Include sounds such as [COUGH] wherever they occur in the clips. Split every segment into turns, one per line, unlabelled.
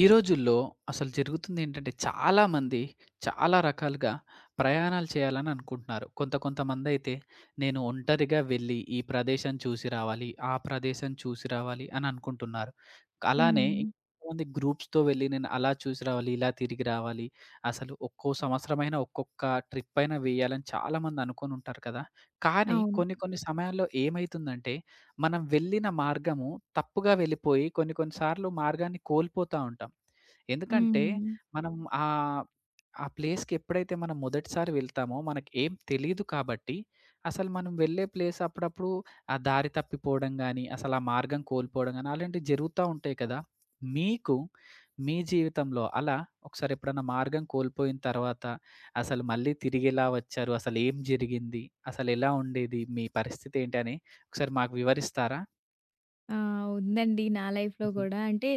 ఈ రోజుల్లో అసలు జరుగుతుందేంటంటే, చాలా మంది చాలా రకాలుగా ప్రయాణాలు చేయాలని అనుకుంటున్నారు. కొంతమందైతే నేను ఒంటరిగా వెళ్ళి ఈ ప్రదేశం చూసి రావాలి, ఆ ప్రదేశం చూసి రావాలి అని అనుకుంటున్నారు. అలానే
హ్మ్.
ఇంకొంతమంది గ్రూప్స్‌తో వెళ్ళి నేను అలా చూసి రావాలి, ఇలా తిరిగి రావాలి. అసలు ఒక్కో సంవత్సరమైనా ఒక్కొక్క ట్రిప్ అయినా వేయాలని చాలామంది అనుకోనుంటారు కదా! కానీ
అవును.
కొన్ని కొన్ని సమయాల్లో ఏమైతుందంటే మనం వెళ్ళిన మార్గము తప్పుగా వెళ్ళిపోయి కొన్ని కొన్ని సార్లు మార్గాన్ని కోల్పోతా ఉంటాం. ఎందుకంటే
హ్మ్.
మనం ఆహ్, ఆ ప్లేస్‌కి ఎప్పుడైతే మనం మొదటిసారి వెళ్తామో మనకు ఏం తెలీదు కాబట్టి అసలు మనం వెళ్ళే ప్లేస్ అప్పుడప్పుడు ఆ దారి తప్పిపోవడం గాని, అసలు ఆ మార్గం కోల్పోవడం గాని అలాంటివి జరుగుతా ఉంటాయి కదా! మీకు మీ జీవితంలో అలా ఒకసారి ఎప్పుడన్నా మార్గం కోల్పోయిన తర్వాత అసలు మళ్ళీ తిరిగి ఎలా వచ్చారు? అసలు ఏం జరిగింది? అసలు ఎలా ఉండేది? మీ పరిస్థితి ఏంటి? అని ఒకసారి మాకు వివరిస్తారా?
ఆ! ఉందండి నా లైఫ్‌లో
హుహు.
గూడా. అంటే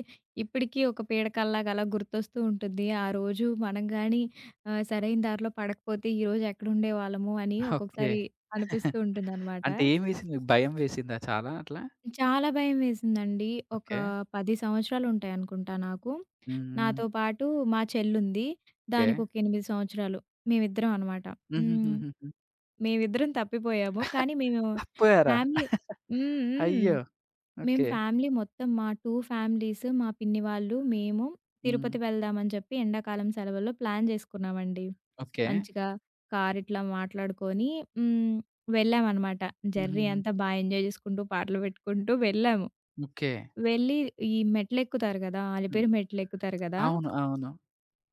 ఇప్పటికి ఒక పీడకల్లాగా అలా గుర్తొస్తూ ఉంటుంది. ఆ రోజు మనం గాని సరైన దారిలో పడకపోతే ఈరోజు ఎక్కడుండేవాళ్ళము అని
ఓకే.
ఒక్కొక్కసారి అనిపిస్తూ ఉంటుందనమాట.
అంటే ఏం వేసింది మీకు భయం వేసిందా చాలా అట్లా?
చాలా భయమేసిందండి. ఒక
ఓకే.
10 సంవత్సరాలుంటాయనుకుంటా నాకు.
హ్మ్. హ్మ్.
నాతో పాటు మా చెల్లుంది.
ఓకే.
దానికి ఒక 8 సంవత్సరాలు. మేమిద్దరం అనమాట. హ్మ్.
హుహుహుహుహు.
మేమిద్దరం తప్పిపోయాము. కానీ మేము
తప్పిపోయారా?
ఫ్యామిలీ హ్మ్. హ్మ్.
అయ్యో!
మేము
ఓకే.
ఫ్యామిలీ మొత్తం మా 2 ఫ్యామిలీస్, మా పిన్ని వాళ్ళు, మేము
హ్మ్.
తిరుపతి వెళ్దామని చెప్పి ఎండాకాలం సెలవుల్లో ప్లాన్ చేసుకున్నామండి.
ఓకే.
మంచిగా కార్ ఇట్లా మాట్లాడుకొని హ్మ్. వెళ్ళామనమాట. జర్నీ
హుహుహు.
అంతా బా ఎంజాయ్ చేసుకుంటూ, పాటలు పెట్టుకుంటూ వెళ్ళాము.
ఓకే.
వెళ్ళి ఈ మెట్లెక్కుతారు గదా!
హ్మ్.
అలిపిరి మెట్లెక్కుతారు గదా!
అవును. అవును.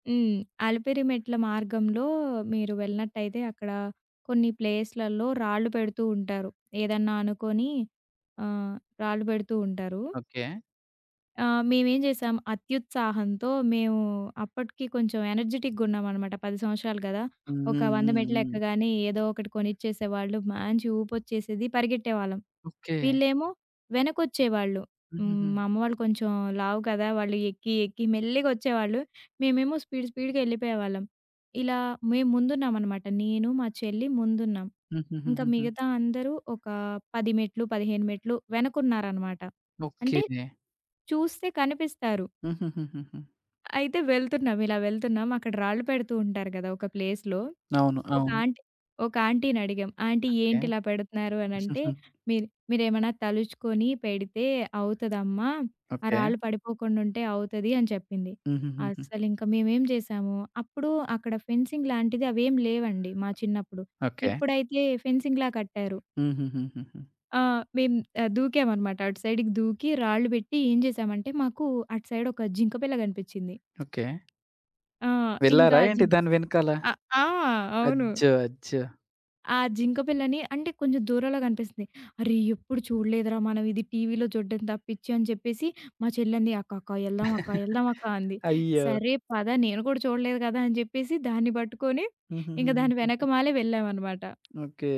హ్మ్. అలిపిరి మెట్ల మార్గంలో మీరు వెళ్ళినట్టయితే అక్కడ కొన్ని ప్లేస్‌లలో రాళ్ళు పెడుతూ ఉంటారు. ఏదన్నా అనుకోని ఆహ్, రాళ్ళు పెడుతూ ఉంటారు.
ఓకే.
మేమేం జేసాం అత్యుత్సాహంతో మేము అప్పటికి కొంచెం ఎనర్జిటిక్‌గా ఉన్నామనమాట. 10 సంవత్సరాలు గదా!
హ్మ్.
ఒక
హ్మ్.
100
హ్మ్.
మెట్లు
హ్మ్.
ఎక్కగానే ఏదో ఒకటి కొనిచ్చేసేవాళ్ళు. మంచి ఊపొచ్చేసేది పరిగెట్టేవాళ్ళం.
ఓకే.
వీళ్ళేమో వెనకొచ్చేవాళ్ళు. హ్మ్.
హుహుహు.
మా అమ్మ వాళ్ళు కొంచెం లావు కదా! వాళ్ళు ఎక్కి, ఎక్కి మెల్లిగా వచ్చేవాళ్ళు. మేమేమో స్పీడ్, స్పీడ్‌గా ఎళ్ళిపోయేవాళ్ళం. ఇలా మేము ముందున్నామనమాట. నేను, మా చెల్లి ముందున్నాం. ఇంకా
హుహుహుహుహు.
మిగతా అందరూ ఒక 10 మెట్లు, 15 మెట్లు వెనకున్నారనమాట. అంటే
ఓకే.
చూస్తే కనిపిస్తారు.
హుహుహుహుహు.
అయితే వెళ్తున్నాం, ఇలా వెళ్తున్నాం. అక్కడ రాళ్ళు పెడుతూ ఉంటారు కదా! ఒక ప్లేస్‌లో.
అవును.
ఒక
అవును.
ఆంటీ ఒక ఆంటీని అడిగాం. "Aunty
okay.
ఏంటి ఇలా పెడుతున్నారు" అనంటే,
హుహు.
"మీరు మీరేమన్నా తలుచుకొని పెడితే అవుతదమ్మా. ఆ
ఓకే.
రాళ్ళు పడిపోకుండా ఉంటే అవుతది" అని చెప్పింది.
హుహుహుహు.
అస్సలింక మేమేం చేశాము, అప్పుడు అక్కడ ఫెన్సింగ్ లాంటిది అవేం లేవండి మా చిన్నప్పుడు.
ఓకే.
ఇప్పుడైతే ఫెన్సింగ్‌లా కట్టారు.
హుహుహుహుహు.
ఆ! మేము దూకామనమాట. అటు సైడ్‌కి దూకి రాళ్ళు పెట్టి ఏం చేశామంటే, మాకు అటు సైడ్ ఒక జింక పిల్ల కనిపించింది.
ఓకే.
ఆ! ఇంకా
వెళ్లారా ఏంటి
జిం
దాని వెనకాల?
అ ఆ! అవును.
అజ్జో! అజ్జో!
ఆ జింక పిల్లని అంటే కొంచెం దూరంలో కనిపిస్తుంది. అరే! ఎప్పుడు చూడలేదురా మనం ఇది టీవీలో చూడడం తప్పించి అని చెప్పేసి మా చెల్లంది "అక్క, అక్క ఎళ్దాం అక్క, ఎళ్దాం అక్క" అంది.
అయ్యో!
సరే పద నేను కూడా చూడలేదు కదా! అని చెప్పేసి దాన్ని పట్టుకొని ఇంక దాని
హుహుహుహుహు.
వెనకమాలే వెళ్ళామనమాట.
ఓకే.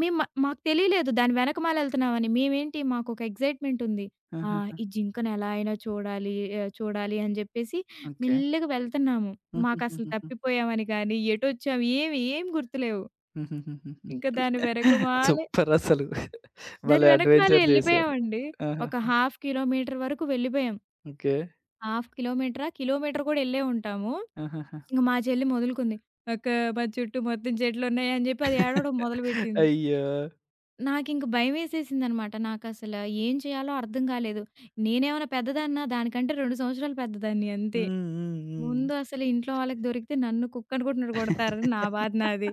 మేము మ మాకు తెలియలేదు దాని వెనకమాల ఎళ్తున్నామని. మేమేంటి మాకొక ఎక్సైట్‌మెంట్ ఉంది. ఆ!
ఆహా!
ఈ జింకను ఎలా అయినా చూడాలి చూడాలి అని జెప్పేసి
ఓకే.
మెల్లగా వెళ్తున్నాము. మాకసలు
హుహుహుహుహు.
తప్పిపోయామని గాని, ఎటొచ్చాం ఏమి ఏం గుర్తులేవు.
హుహుహుహుహు.
ఇంకా
సూపరసలు.
దాని
భలే
వెనకమాలే
అడ్వెంచర్ చేశారు.
ఎళ్ళిపోయామండి.
ఆహా!
ఒక హాఫ్ కిలోమీటర్ వరకు వెళ్ళిపోయాం.
ఓకే.
హాఫ్ కిలోమీటరా? కిలోమీటర్ కూడా ఎళ్ళే ఉంటాము.
ఆహాహా!
ఇంక మా చెల్లి మొదలుకుంది. అక్క మా చుట్టూ మొత్తం చెట్లున్నాయి అని జెప్పి అది ఏడవడం మొదలుపెట్టింది.
అయ్యో!
నాకింక భయమేసేసిందనమాట. నాకసల ఏం చేయాలో అర్థం కాలేదు. నేనేమైనా పెద్దదాన్నా? దానికంటే 2 సంవత్సరాలు పెద్దదాన్ని అంతే.
హ్మ్. హ్మ్. హ్మ్.
ముందు అసలు ఇంట్లో వాళ్ళకి దొరికితే నన్ను కుక్కనుకుంటున్నట్టు కొడతారు. నా బాధ నాది.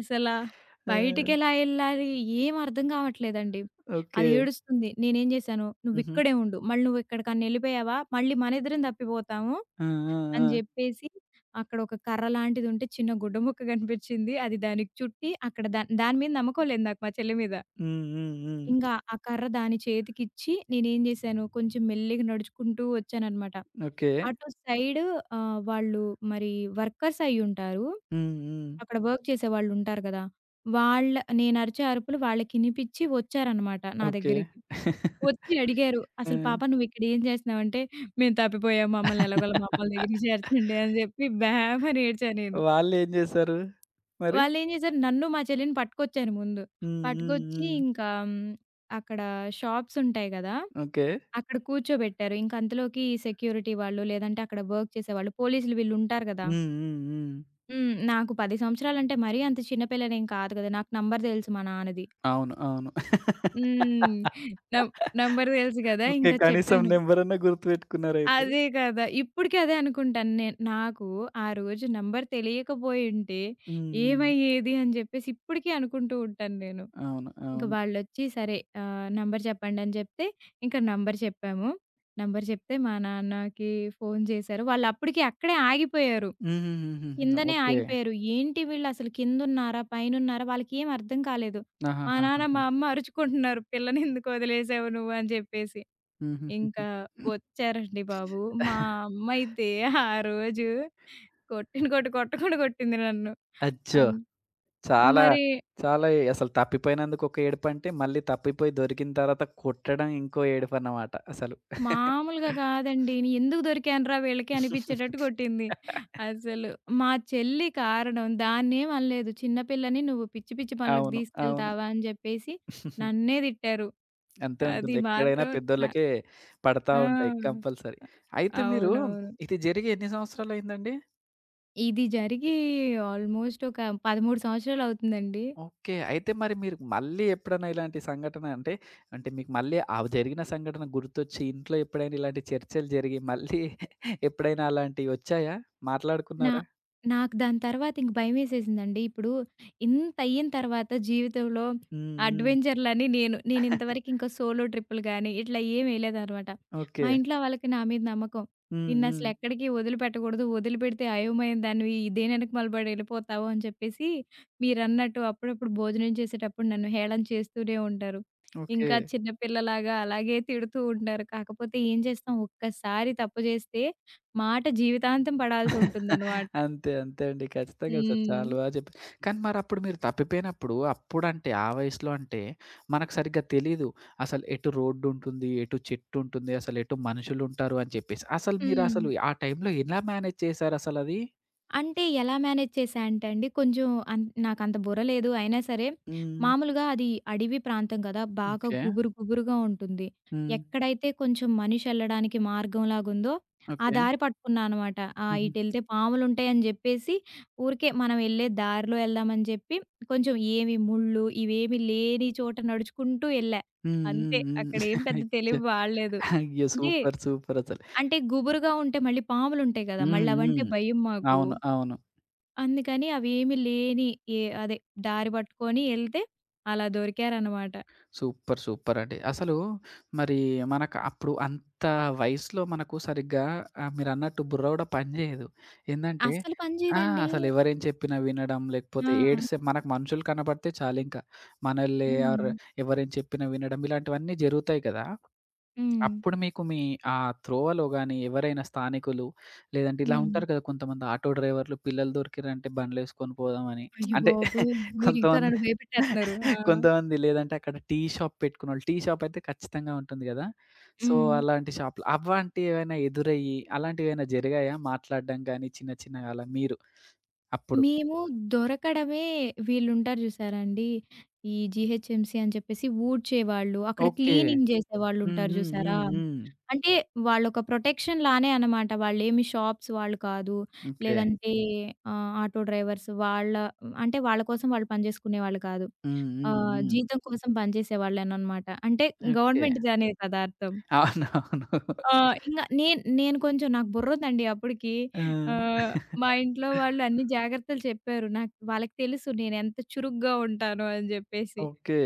అసల
ఆ!
బయటికెలా ఎళ్ళాలి? ఏం అర్థం కావట్లేదండి. అది
ఓకే.
ఏడుస్తుంది. నేనేం చేశాను,
హుహు.
"నువ్విక్కడే ఉండు. మళ్ళీ నువ్వెక్కడికన్నా ఎళ్ళిపోయావా, మళ్ళీ మనిద్దరం తప్పిపోతాము"
ఆ! ఆ!
అని
ఆ!
జెప్పేసి అక్కడ ఒక కర్ర లాంటిదుంటే చిన్న గుడ్డ ముక్క కనిపించింది. అది దానికి చుట్టి అక్కడ దా దాని మీద నమ్మకం లేదు నాకు మా చెల్లి మీద.
హ్మ్. హ్మ్. హ్మ్.
ఇంకా ఆ కర్ర దాని చేతికిచ్చి నేనేం జేశాను, కొంచెం మెల్లిగా నడుచుకుంటూ వచ్చాననమాట.
ఓకే.
అటు సైడు వాళ్ళు మరి వర్కర్స్ అయ్యుంటారు.
హ్మ్. హ్మ్.
అక్కడ వర్క్ చేసేవాళ్ళుంటారు గదా! వాళ్ళ నేనరిచే అరుపులు వాళ్ళకినిపిచ్చి వచ్చారనమాట నా
ఓకే.
దగ్గరికి. వచ్చి అడిగారు,
ఆ!
"అసలు పాప నువ్విక్కడ ఏం చేస్తున్నావంటే, మేము తప్పిపోయాం మమ్మల్ని ఎలాగోలా మా అమ్మోళ్ళ దగ్గరికి చేర్చండి" అని జెప్పి భేమని ఏడ్చా నేను.
వాళ్ళేం చేశారు మరి?
వాళ్ళేం చేశారు, నన్ను మా చెల్లిని పట్టుకొచ్చారు ముందు.
హ్మ్. హ్మ్.
పట్టుకొచ్చి
హ్మ్.
ఇంకా హ్మ్, అక్కడ షాప్స్ ఉంటాయి గదా!
ఓకే.
అక్కడ కూర్చోబెట్టారు. ఇంక అంతలోకి సెక్యూరిటీ వాళ్ళు, లేదంటే అక్కడ వర్క్ చేసేవాళ్ళు, పోలీసులు వీళ్ళుంటారు గదా!
హ్మ్. హ్మ్. హ్మ్.
హ్మ్. నాకు 10 సంవత్సరాలంటే మరీ అంత చిన్న పిల్లనేం కాదు గదా! నాకు నంబర్ తెలుసు మా నాన్నది.
అవును. అవును.
హ్మ్. నం నంబర్ తెలుసు గదా!
ఓకే.
ఇంక
కనీసం
చెప్పాను.
నంబరన్నా గుర్తుపెట్టుకున్నారయితే.
అదే కదా! ఇప్పటికి అదే అనుకుంటాను నేను. నాకు ఆ రోజు నంబర్ తెలియకపోయుంటే
హ్మ్. హ్మ్.
ఏమయ్యేది అని జెప్పేసి ఇప్పటికీ అనుకుంటూ ఉంటాను నేను.
అవును.
ఇంక
అవును.
వాళ్ళొచ్చి సరే నంబర్ చెప్పండని చెప్తే, ఇంక నంబర్ చెప్పాము. నంబర్ చెప్తే మా నాన్నకి ఫోను చేశారు. వాళ్ళప్పటికి అక్కడే ఆగిపోయారు.
హుహుహుహుహు.
కిందనే
ఓకే.
ఆగిపోయారు. ఏంటి వీళ్ళసలు కిందున్నారా? పైనున్నారా? వాళ్ళకేం అర్థం కాలేదు. మా నాన్న,
ఆహాహాహాహా!
మా అమ్మ అరుచుకుంటున్నారు. పిల్లనెందుకు వదిలేసావు నువ్వు అని చెప్పేసి.
హుహుహుహు.
ఇంకా వచ్చారండి బాబు. మా అమ్మయితే ఆ రోజు కొట్టిన కొట్టు కొట్టకుండా కొట్టింది నన్ను.
అచ్చో!
అన్
చాలా
మరి
చాలా ఎ అసలు తప్పిపోయినందుకు ఒక ఏడుపంటే, మళ్ళీ తప్పిపోయి దొరికిన తర్వాత కొట్టడం ఇంకో ఏడుపన్నమాట అసలు.
మామూలుగా కాదండి. నీ ఎందుకు దొరికానురా వీళ్ళకి అనిపించేటట్టు కొట్టింది.
[LAUGHS]
అసలు మా చెల్లి కారణం. దాన్నేం అనలేదు. చిన్న పిల్లని నువ్వు పిచ్చి పిచ్చి పనులకు
అవును.
తీసుకెళ్తావా అని చెప్పేసి
అవును.
నన్నే తిట్టారు.
అంతే
అది
ఉంటుంది. ఎక్కడైనా
మాత్రం న
పెద్దోళ్ళకే పడతా ఉంటాయి
ఆ!
కంపల్సరీ. అయితే మీరు
అవునవును.
ఇది జరిగి ఎన్ని సంవత్సరాలయిందండి?
ఇది జరిగి ఆల్మోస్ట్ ఒక 13 సంవత్సరాలు అవుతుందండి.
ఓకే. అయితే మరి మీరు మళ్ళీ ఎప్పుడైనా ఇలాంటి సంఘటన అంటే, అంటే మీకు మళ్ళీ ఆ జరిగిన సంఘటన గుర్తొచ్చి ఇంట్లో ఎప్పుడైనా ఇలాంటి చర్చలు జరిగి మళ్ళీ [LAUGHS] ఎప్పుడైనా అలాంటివొచ్చాయా?
నా
మాట్లాడుకున్నారా?
నాకు దాని తర్వాత ఇంక భయమేసేసిందండి. ఇప్పుడు ఇంతయిన తర్వాత జీవితంలో
హ్మ్. హ్మ్.
అడ్వెంచర్‌లని నేను నేను ఇంతవరకు
[LAUGHS]
ఇంకా సోలో ట్రిప్పులు గాని, ఇట్లా ఏమి ఎయలేదనమాట. మా
ఓకే.
ఇంట్లో వాళ్ళకి నా మీద నమ్మకం.
హ్మ్. హ్మ్.
నిన్నసలెక్కడికి వదిలిపెట్టకూడదు. వదిలిపెడితే అయోమయం దానివి దేని ఎనకమాల పడి ఎళ్ళిపోతావు అని చెప్పేసి, మీరన్నట్టు అప్పుడప్పుడు భోజనం చేసేటప్పుడు నన్ను హేళన చేస్తూనే ఉంటారు.
ఓకే.
ఇంకా చిన్నపిల్లలాగా అలాగే తిడుతూ ఉంటారు. కాకపోతే ఏం చేస్తాం ఒక్కసారి తప్పు చేస్తే మాట జీవితాంతం
[LAUGHS]
పడాల్సుంటుందనమాట.
అంతే. అంతే అండి. ఖచ్చితంగా అసలు
హ్మ్.
చాలా బా చెప్పారు. కానీ మరప్పుడు మీరు తప్పిపోయినప్పుడు అప్పుడంటే, ఆ వయసులో అంటే మనకు సరిగ్గా తెలీదు. అసలు ఎటు రోడ్డుంటుంది, ఎటు చెట్టుంటుంది, అసలెటు మనుషులుంటారు అని చెప్పేసి. అసలు
హ్మ్.
మీరసలు ఆ టైంలో ఎలా మేనేజ్ చేశారసలది?
అంటే ఎలా మేనేజ్ చేశా అంటే అండి, కొంచెం నాకంత బుర్ర లేదు. అయినా సరే
హ్మ్.
మామూలుగా అది అడవి ప్రాంతం కదా! బాగా
ఓకే.
గుబురుగా ఉంటుంది.
హ్మ్.
ఎక్కడైతే కొంచెం మనిషి ఎళ్ళడానికి మార్గంలాగుందో, ఆ
ఓకే.
దారి పట్టుకున్నా అనమాట. ఆ!
హుహు.
ఇటెళ్తే పాములుంటాయని జెప్పేసి, ఊరికే మనం ఎళ్ళే దారిలో ఎళ్దామని జెప్పి, కొంచెం ఏమి ముళ్ళు, ఇవేమి లేని చోట నడుచుకుంటూ ఎళ్ళా.
హ్మ్.
అంతే.
హ్మ్. హ్మ్.
అక్కడేం
[LAUGHS]
పెద్ద
అచ్చ!
తెలివి వాడలేదు.
అయ్యో!
అంటే
సూపర్. సూపరసలు.
అంటే గుబురుగా ఉంటే మళ్ళీ పాములుంటాయి గదా!
హ్మ్.
మళ్ళీ అవంటే
హ్మ్.
భయం మాకు.
అవును. అవును.
అందుకని అవేమి లేని ఏ అదే దారి పట్టుకొని ఎళ్తే అలా దొరికారనమాట.
సూపర్. సూపరండి. అసలు మరి మనకు అప్పుడు అంత వయసులో మనకు సరిగ్గా మీరన్నట్టు బుర్ర గూడా పనిజేయదు. ఏందంటే
అస్సలు పని
ఆ!
చేయదండి.
అసలెవరేం చెప్పినా వినడం, లేకపోతే
ఆ!
ఏడిస్తే మనకు మనుషులు కనపడితే చాలింక. మనోళ్ళే ఆర్
హ్మ్.
ఎవరేం చెప్పినా వినడం ఇలాంటివన్నీ జరుగుతాయి కదా!
హ్మ్.
అప్పుడు మీకు మీ ఆ త్రోవలో గాని, ఎవరైనా స్థానికులు లేదంటే ఇలా
హ్మ్.
ఉంటారు కదా! కొంతమంది ఆటో డ్రైవర్లు పిల్లలు దొరికిర్రంటే బండ్లేసుకొని పోదామని.
అయ్య
అంటే [LAUGHS]
బాబోయ్! మీరింకా
కొంతమంది
నన్ను భయపెట్టేత్తున్నారు. ఆ!
కొంతమంది లేదంటే అక్కడ టీ షాప్ పెట్టుకున్నోళ్ళు. టీ షాప్ అయితే ఖచ్చితంగా ఉంటుంది గదా! సో,
హ్మ్.
అలాంటి షాప్‌లు అవ్వాంటియేవైనా ఎదురయ్యి, అలాంటివేమైనా జరిగాయా? మాట్లాడడం గాని చిన్న చిన్నగా అలా మీరు అప్పుడు?
మేము దొరకడమే వీళ్ళుంటారు జూసారాండి. ఈ జీహెచ్ఎంసీ అని చెప్పేసి ఊడ్చేవాళ్ళు, అక్కడ
ఓకే.
క్లీనింగ్
హ్మ్.
జేసేవాళ్ళుంటారు
హ్మ్.
జూసారా?
హ్మ్. హ్మ్.
అంటే వాళ్ళొక ప్రొటెక్షన్ లానే అనమాట. వాళ్ళేమి షాప్స్ వాళ్ళు కాదు.
ఓకే.
లేదంటే ఆటో డ్రైవర్స్ వాళ్ళ అంటే వాళ్ళ కోసం వాళ్ళు పని జేసుకునేవాళ్ళు కాదు.
హ్మ్. హ్మ్.
హ్మ్.
హ్మ్.
జీతం కోసం పనిజేసేవాళ్ళేననమాట. అంటే
ఓకే.
గవర్నమెంట్‌ది అనే కదా అర్థం.
అవునవును.
ఆ! ఇంగ నేను నేను కొంచెం నాకు బుర్రుందండి అప్పటికి.
ఆ!
ఆహ్, మా ఇంట్లో వాళ్ళు అన్ని జాగ్రత్తలు చెప్పారు. నాకు వాళ్ళకి తెలుసు నేనెంత చురుగ్గా ఉంటానో అని జెప్పేసి.
ఓకే.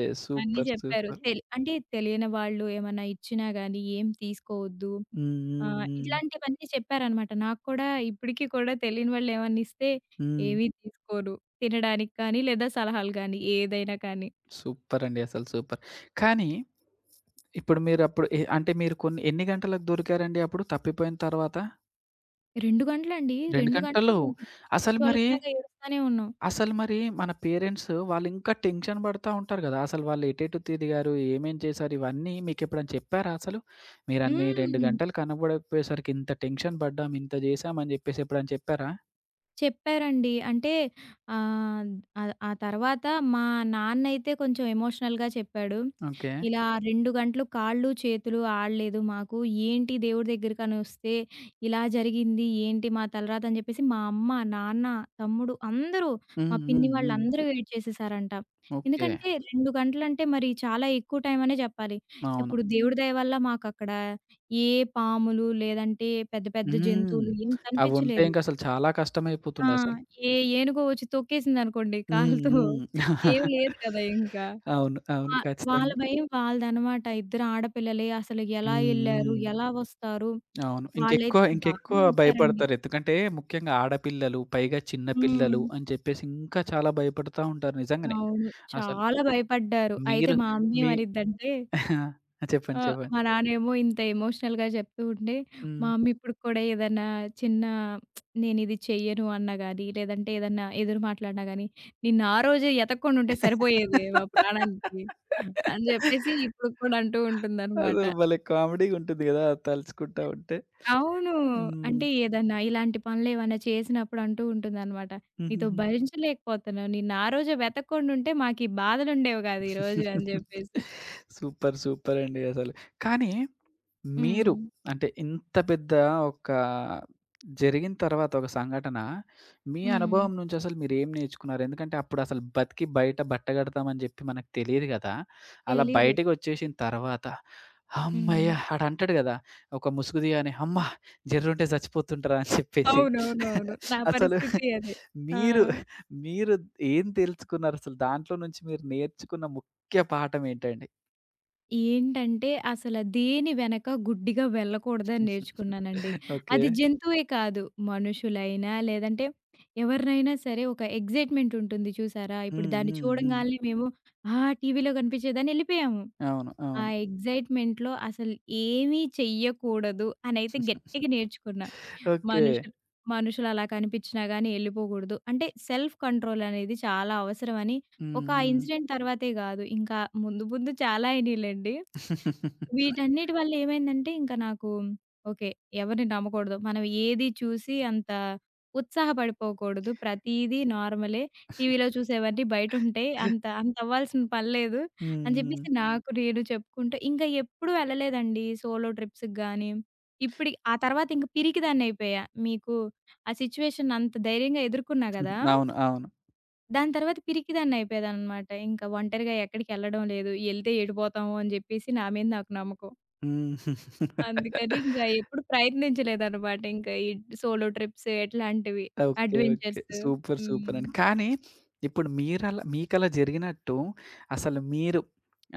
అన్నీ
సూపర్.
జెప్పారు.
సూపర్.
అంటే తెలియని వాళ్ళు ఏమన్నా ఇచ్చినా గానీ ఏం తీసుకోవద్దు.
హ్మ్. హ్మ్. హ్మ్.
ఇట్లాంటివన్నీ చెప్పారనమాట. నాకు కూడా ఇప్పటికి కూడా తెలియని వాళ్ళు ఏమన్నా ఇస్తే
హ్మ్.
ఏమీ తీసుకోను. తినడానికి కానీ, లేదా సలహాలు గానీ ఏదైనా కానీ.
సూపర్ [LAUGHS] అండి. అసలు సూపర్. కానీ ఇప్పుడు మీరప్పుడు ఎ అంటే మీరు ఎన్ని గంటలకు దొరికారండి అప్పుడు తప్పిపోయిన తర్వాత?
2 గంటలండి.
2
2 గంటలు
గంటలు.
మేము
అసలు మరి
పిచ్చోళ్ళకిలాగా ఏడుస్తానే ఉన్నాం.
అసలు మరి మన పేరెంట్స్ వాళ్ళింకా టెన్షన్ పడతా ఉంటారు గదా! అసలు వాళ్ళు ఎటెటు తిరిగారు? ఏమేం చేశారు? ఇవన్నీ మీకెప్పుడైనా చెప్పారా అసలు? మీరన్ని 2
హ్మ్.
గంటలు కనబడకపోయేసరికి ఇంత టెన్షన్ పడ్డాం, ఇంత జేశాం అని జెప్పేసి ఎప్పుడైనా చెప్పారా?
చెప్పారండి. అంటే ఆహ్, ఆహ్, ఆ తర్వాత మా నాన్నయితే కొంచెం ఎమోషనల్‌గా చెప్పాడు.
ఓకే.
ఇలా 2 గంటలు కాళ్ళు, చేతులు ఆడలేదు మాకు. ఏంటి దేవుడి దగ్గరికనొస్తే ఇలా జరిగింది, ఏంటి మా తలరాత అని చెప్పేసి మా అమ్మ, నాన్న, తమ్ముడు అందరూ
హ్మ్.
మా పిన్ని
హ్మ్. హ్మ్.
వాళ్ళందరూ వెయిట్ చేసేసారంట.
ఓకే.
ఎందుకంటే 2 గంటలంటే మరి చాలా ఎక్కువ టైం అనే చెప్పాలి.
అవును.
ఇప్పుడు దేవుడి దయ వల్ల మాకక్కడ ఏ పాములు, లేదంటే పెద్ద పెద్ద
హ్మ్.
జంతువులు ఏం
అవుంటే
కనిపించలేదు.
ఇంకసలు చాలా
ఆ!
కష్టమైపోతుండసలు.
ఏ ఏనుగో వచ్చి తొక్కేసిందనుకోండి కాలుతో,
హ్మ్. హ్మ్.
ఏమి లేదు కదా ఇంకా.
అవును. అవును.
వా వాళ్ళ
ఖచ్చితంగా.
భయం వాళ్ళదనమాట. ఇద్దరు ఆడపిల్లలే అసలు ఎలా
హ్మ్.
ఎళ్లారు?
హ్మ్.
ఎలా వస్తారు?
అవును. ఇంకెక్కువ
వాళ్ళైతే బాగా
ఇంకెక్కువ
ఏడ్చారండి.
భయపడతారు. ఎందుకంటే ముఖ్యంగా ఆడపిల్లలు, పైగా చిన్న
హ్మ్.
పిల్లలు అని చెప్పేసి ఇంకా చాలా భయపడతా ఉంటారు నిజంగానే.
అవును.
అసలు
చాలా భయపడ్డారు. అయితే
మీరు
మా అమ్మ
మీ
ఏమనిద్దంటే
[LAUGHS]
ఆ!
చెప్పండి. చెప్పండి.
మా నాన్నేమో ఇంత ఎమోషనల్‌గా చెప్తూ ఉంటే, మా
హ్మ్.
అమ్మ ఇప్పటికి కూడా ఏదన్నా చిన్న నేనిది చెయ్యను అన్నా గానీ, లేదంటే ఏదన్నా ఎదురు మాట్లాడినా గానీ, నిన్ను ఆ రోజే ఎతక్కుండా ఉంటే సరిపోయేదే మా ప్రాణానికి అని జెప్పేసి ఇప్పటికి కూడా అంటూ ఉంటుందనమాట.
అసలు భలే కామెడీగుంటుంది గదా! అది తలుచుకుంటా ఉంటే.
అవును.
హ్మ్.
అంటే
[LAUGHS]
ఏదన్నా ఇలాంటి పనులేవన్నా చేసినప్పుడు అంటూ ఉంటుందనమాట. నీతో
హుహుహు.
భరించలేకపోతున్నాను. నిన్ను ఆ రోజే వెతక్కుండా ఉంటే మాకీ బాధలుండేవి గాదు ఈరోజు అని జెప్పేసి.
సూపర్. సూపర్ అండి అసలు. కానీ మీరు
హ్మ్.
అంటే ఇంత పెద్ద ఒక జరిగిన తర్వాత ఒక సంఘటన, మీ
హ్మ్.
అనుభవం నుంచి అసలు మీరేం నేర్చుకున్నారు? ఎందుకంటే అప్పుడు అసలు బతికి బయట బట్టగడతామని జెప్పి మనకు తెలీదు గదా! అలా
తెలీదు.
బయటికొచ్చేసిన తర్వాత,
హ్మ్.
హమ్మయ్య! ఆడంటాడు గదా! ఒక ముసుగు తీయగానే, "హమ్మ! జర్రుంటే చచ్చిపోతుంటరా" అని చెప్పేసి.
అవునవునవును.
[LAUGHS]
నా
అసలు
పరిస్థితి అదే. ఆ!
మీరు, మీరు ఏం తెలుసుకున్నారు? అసలు దాంట్లో నుంచి మీరు నేర్చుకున్న ముఖ్య పాఠం ఏంటండి?
ఏంటంటే, అసల దేని వెనక గుడ్డిగా వెళ్ళకూడదని నేర్చుకున్నానండి.
[LAUGHS] ఓకే.
అది జంతువే కాదు. మనుషులైనా, లేదంటే ఎవరినైనా సరే ఒక ఎగ్జైట్‌మెంట్ ఉంటుంది చూసారా? ఇప్పుడు
హ్మ్.
దాన్ని
హ్మ్. హ్మ్.
చూడంగాల్నే మేము ఆ! టీవీలో కనిపించేదని ఎళ్ళిపోయాము.
అవును.
ఆ
అవును.
ఎగ్జైట్‌మెంట్‌లో అసలు ఏమీ చెయ్యకూడదు అనైతే గట్టిగా నేర్చుకున్నా.
ఓకే.
మనుషులు మనుషులు అలా కనిపించినా గాని ఎళ్ళిపోకూడదు. అంటే సెల్ఫ్ కంట్రోల్ అనేది చాలా అవసరమని ఒక
హ్మ్.
ఆ
హ్మ్.
ఇన్సిడెంట్ తర్వాతే గాదు, ఇంకా ముందు ముందు చాలా అయినియంలెండి. వీటన్నిటి వల్ల ఏమైందంటే ఇంక నాకు ఓకే. ఎవరిని నమ్మకూడదు. మనం ఏది చూసి అంత ఉత్సాహపడిపోకూడదు. ప్రతీదీ నార్మలే. టీవీలో చూసేవన్నీ బయటుంటాయి. అంత అంత అవ్వాల్సిన పనిలేదు అని
హ్మ్.
చెప్పేసి నాకు నేను చెప్పుకుంటూ ఇంకా ఎప్పుడు వెళ్ళలేదండి సోలో ట్రిప్స్‌కి గానీ. ఇప్పుడి ఆ తర్వాత ఇంక పిరికిదాన్నయిపోయా. మీకు ఆ సిట్యుయేషన్ అంత ధైర్యంగా ఎదుర్కొన్నా
హ్మ్.
గదా!
అవును. అవును.
దాని తర్వాత పిరికిదాన్నయిపోయేదాన్ననమాట. ఇంకా ఒంటరిగా ఎక్కడికెళ్ళడం లేదు. ఎళ్తే ఏడిపోతాము అని జెప్పేసి నా మీద నాకు నమ్మకం.
హ్మ్.
అందుకని ఇంక ఎప్పుడు ప్రయత్నించలేదనమాట. ఇంకా ఈ సోలో ట్రిప్స్ ఇట్లాంటివి
ఓకే. ఓకే.
అడ్వెంచర్స్.
సూపర్.
హ్మ్.
సూపర్ అండి. కానీ ఇప్పుడు మీరలా మీకలా జరిగినట్టు అసలు మీరు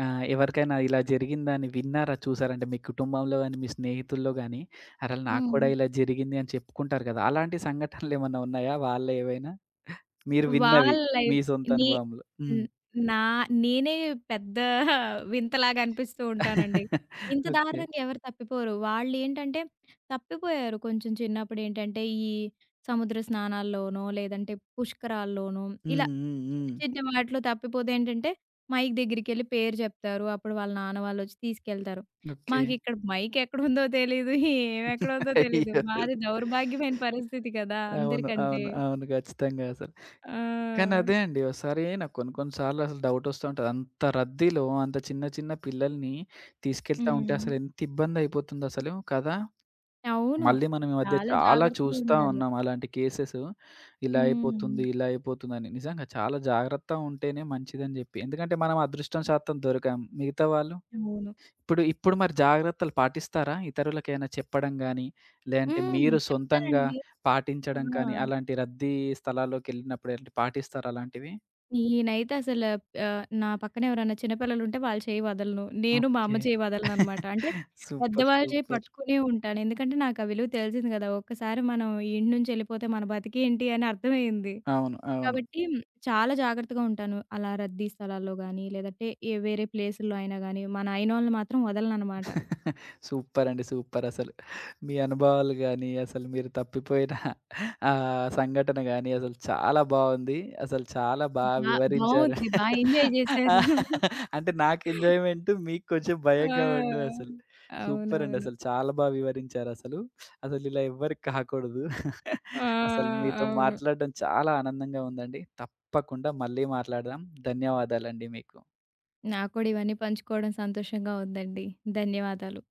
ఎవరికైనా ఇలా జరిగిందని విన్నారా? చూసారా? అంటే మీ కుటుంబంలో గాని, మీ స్నేహితుల్లో గాని అరె! నాకు
హ్మ్.
కూడా ఇలా జరిగింది అని చెప్పుకుంటారు కదా! అలాంటి సంఘటనలు ఏమన్నా ఉన్నాయా? వాళ్ళేవైనా? మీరు విన్నవి
వాళ్ళ లైఫ్
మీ సొంత
నే
అనుభవంలో? హ్మ్.
హ్మ్. నా నేనే పెద్ద వింతలాగా అనిపిస్తూ ఉంటానండి. ఇంత
ఓకే.
దారుణంగా ఎవరు తప్పిపోరు. వాళ్ళేంటంటే తప్పిపోయారు కొంచెం చిన్నప్పుడేంటంటే ఈ సముద్ర స్నానాల్లోనో, లేదంటే పుష్కరాల్లోనో
హ్మ్.
ఇలా
హ్మ్.
చిన్న
హ్మ్.
చిన్న వాటిలో తప్పిపోతే ఏంటంటే మైక్ దగ్గరికెళ్ళి పేరు చెప్తారు. అప్పుడు వాళ్ళ నాన్న వాళ్ళొచ్చి తీసుకెళ్తారు.
ఓకే.
మాకిక్కడ మైక్ ఎక్కడుందో తెలీదు.
[LAUGHS]
ఏమెక్కడుందో తెలీదు.
అయ్యో!
మాది దౌర్భాగ్యమైన పరిస్థితి కదా!
అవును.
అందరికంటే.
అవును. అవును. ఖచ్చితంగా అసలు.
ఆ!
కానీ అదే అండి. ఒకసారి నాకు కొన్ని కొన్ని సార్లు అసలు డౌటొస్తా ఉంటది. అంత రద్దీలో అంత చిన్న చిన్న పిల్లల్ని తీసుకెళ్తా ఉంటే
హ్మ్.
అసలు ఎంత ఇబ్బందయిపోతుందసలు కదా!
అవును.
మళ్ళీ మనం ఈ మధ్య
చాలా
చాలా
జాగ్రత్తగా
చూస్తా
ఉండాలి.
ఉన్నాం అలాంటి కేసెస్. ఇలా
హ్మ్.
అయిపోతుంది, ఇలా అయిపోతుందని. నిజంగా చాలా జాగ్రత్తగా ఉంటేనే మంచిదని జెప్పి. ఎందుకంటే మనం అదృష్టం శాతం దొరికాం. మిగతా వాళ్ళు
అవును.
ఇప్పుడు ఇప్పుడు మరి జాగ్రత్తలు పాటిస్తారా? ఇతరులకేమైనా చెప్పడం గాని, లేదంటే
హ్మ్.
మీరు సొంతంగా
చెప్తానండి. ఆ!
పాటించడం కానీ, అలాంటి రద్దీ స్థలాల్లోకెళ్ళినప్పుడు ఎలాంటి పాటిస్తారా అలాంటివి?
నేనైతే అసల నా పక్కన ఎవరైనా చిన్న పిల్లలుంటే వాళ్ళ చేయి వదలను. నేను మా అమ్మ
ఓకే.
చేయి వదలననమాట.
[LAUGHS]
అంటే
సూపర్.
పెద్దవాళ్ళ చేయి
సూపర్.
పట్టుకునే ఉంటాను. ఎందుకంటే నాకు ఆ విలువ తెలిసింది కదా! ఒక్కసారి మనం ఈ ఇంటి నుంచి ఎళ్ళిపోతే మన బతికేంటి అని అర్థమయింది.
అవును. అవును.
కాబట్టి చాలా జాగ్రత్తగా ఉంటాను. అలా రద్దీ స్థలాల్లో గానీ, లేదంటే ఏ వేరే ప్లేసుల్లో అయినా గానీ, మా నాయనోళ్ళని మాత్రం వదలననమాట.
సూపర్ అండి. సూపర్ అసలు. మీ అనుభవాలు గాని, అసలు మీరు తప్పిపోయిన సంఘటన గాని అసలు చాలా బావుంది. అసలు చాలా బా
బా
వివరించారు.
బావుంది. బా ఎంజాయ్
ఆ,
జేశారు.
అంటే నాకు ఎంజాయ్‌మెంట్ మీకు కొంచెం
ఆ!
భయంగా ఉండదసలు. సూపర్ అండి.
అవునవును.
అసలు చాలా బా వివరించారసలు. అసలు అసలు ఇలా ఎవ్వరికి కాకూడదు.
ఆ!
అసలు మీతో
అవును.
మాట్లాడడం చాలా ఆనందంగా ఉందండి. తప్పకుండా మళ్ళీ మాట్లాడదాం. ధన్యవాదాలండి మీకు.
నాకు కూడా ఇవన్నీ పంచుకోవడం సంతోషంగా ఉందండి. ధన్యవాదాలు.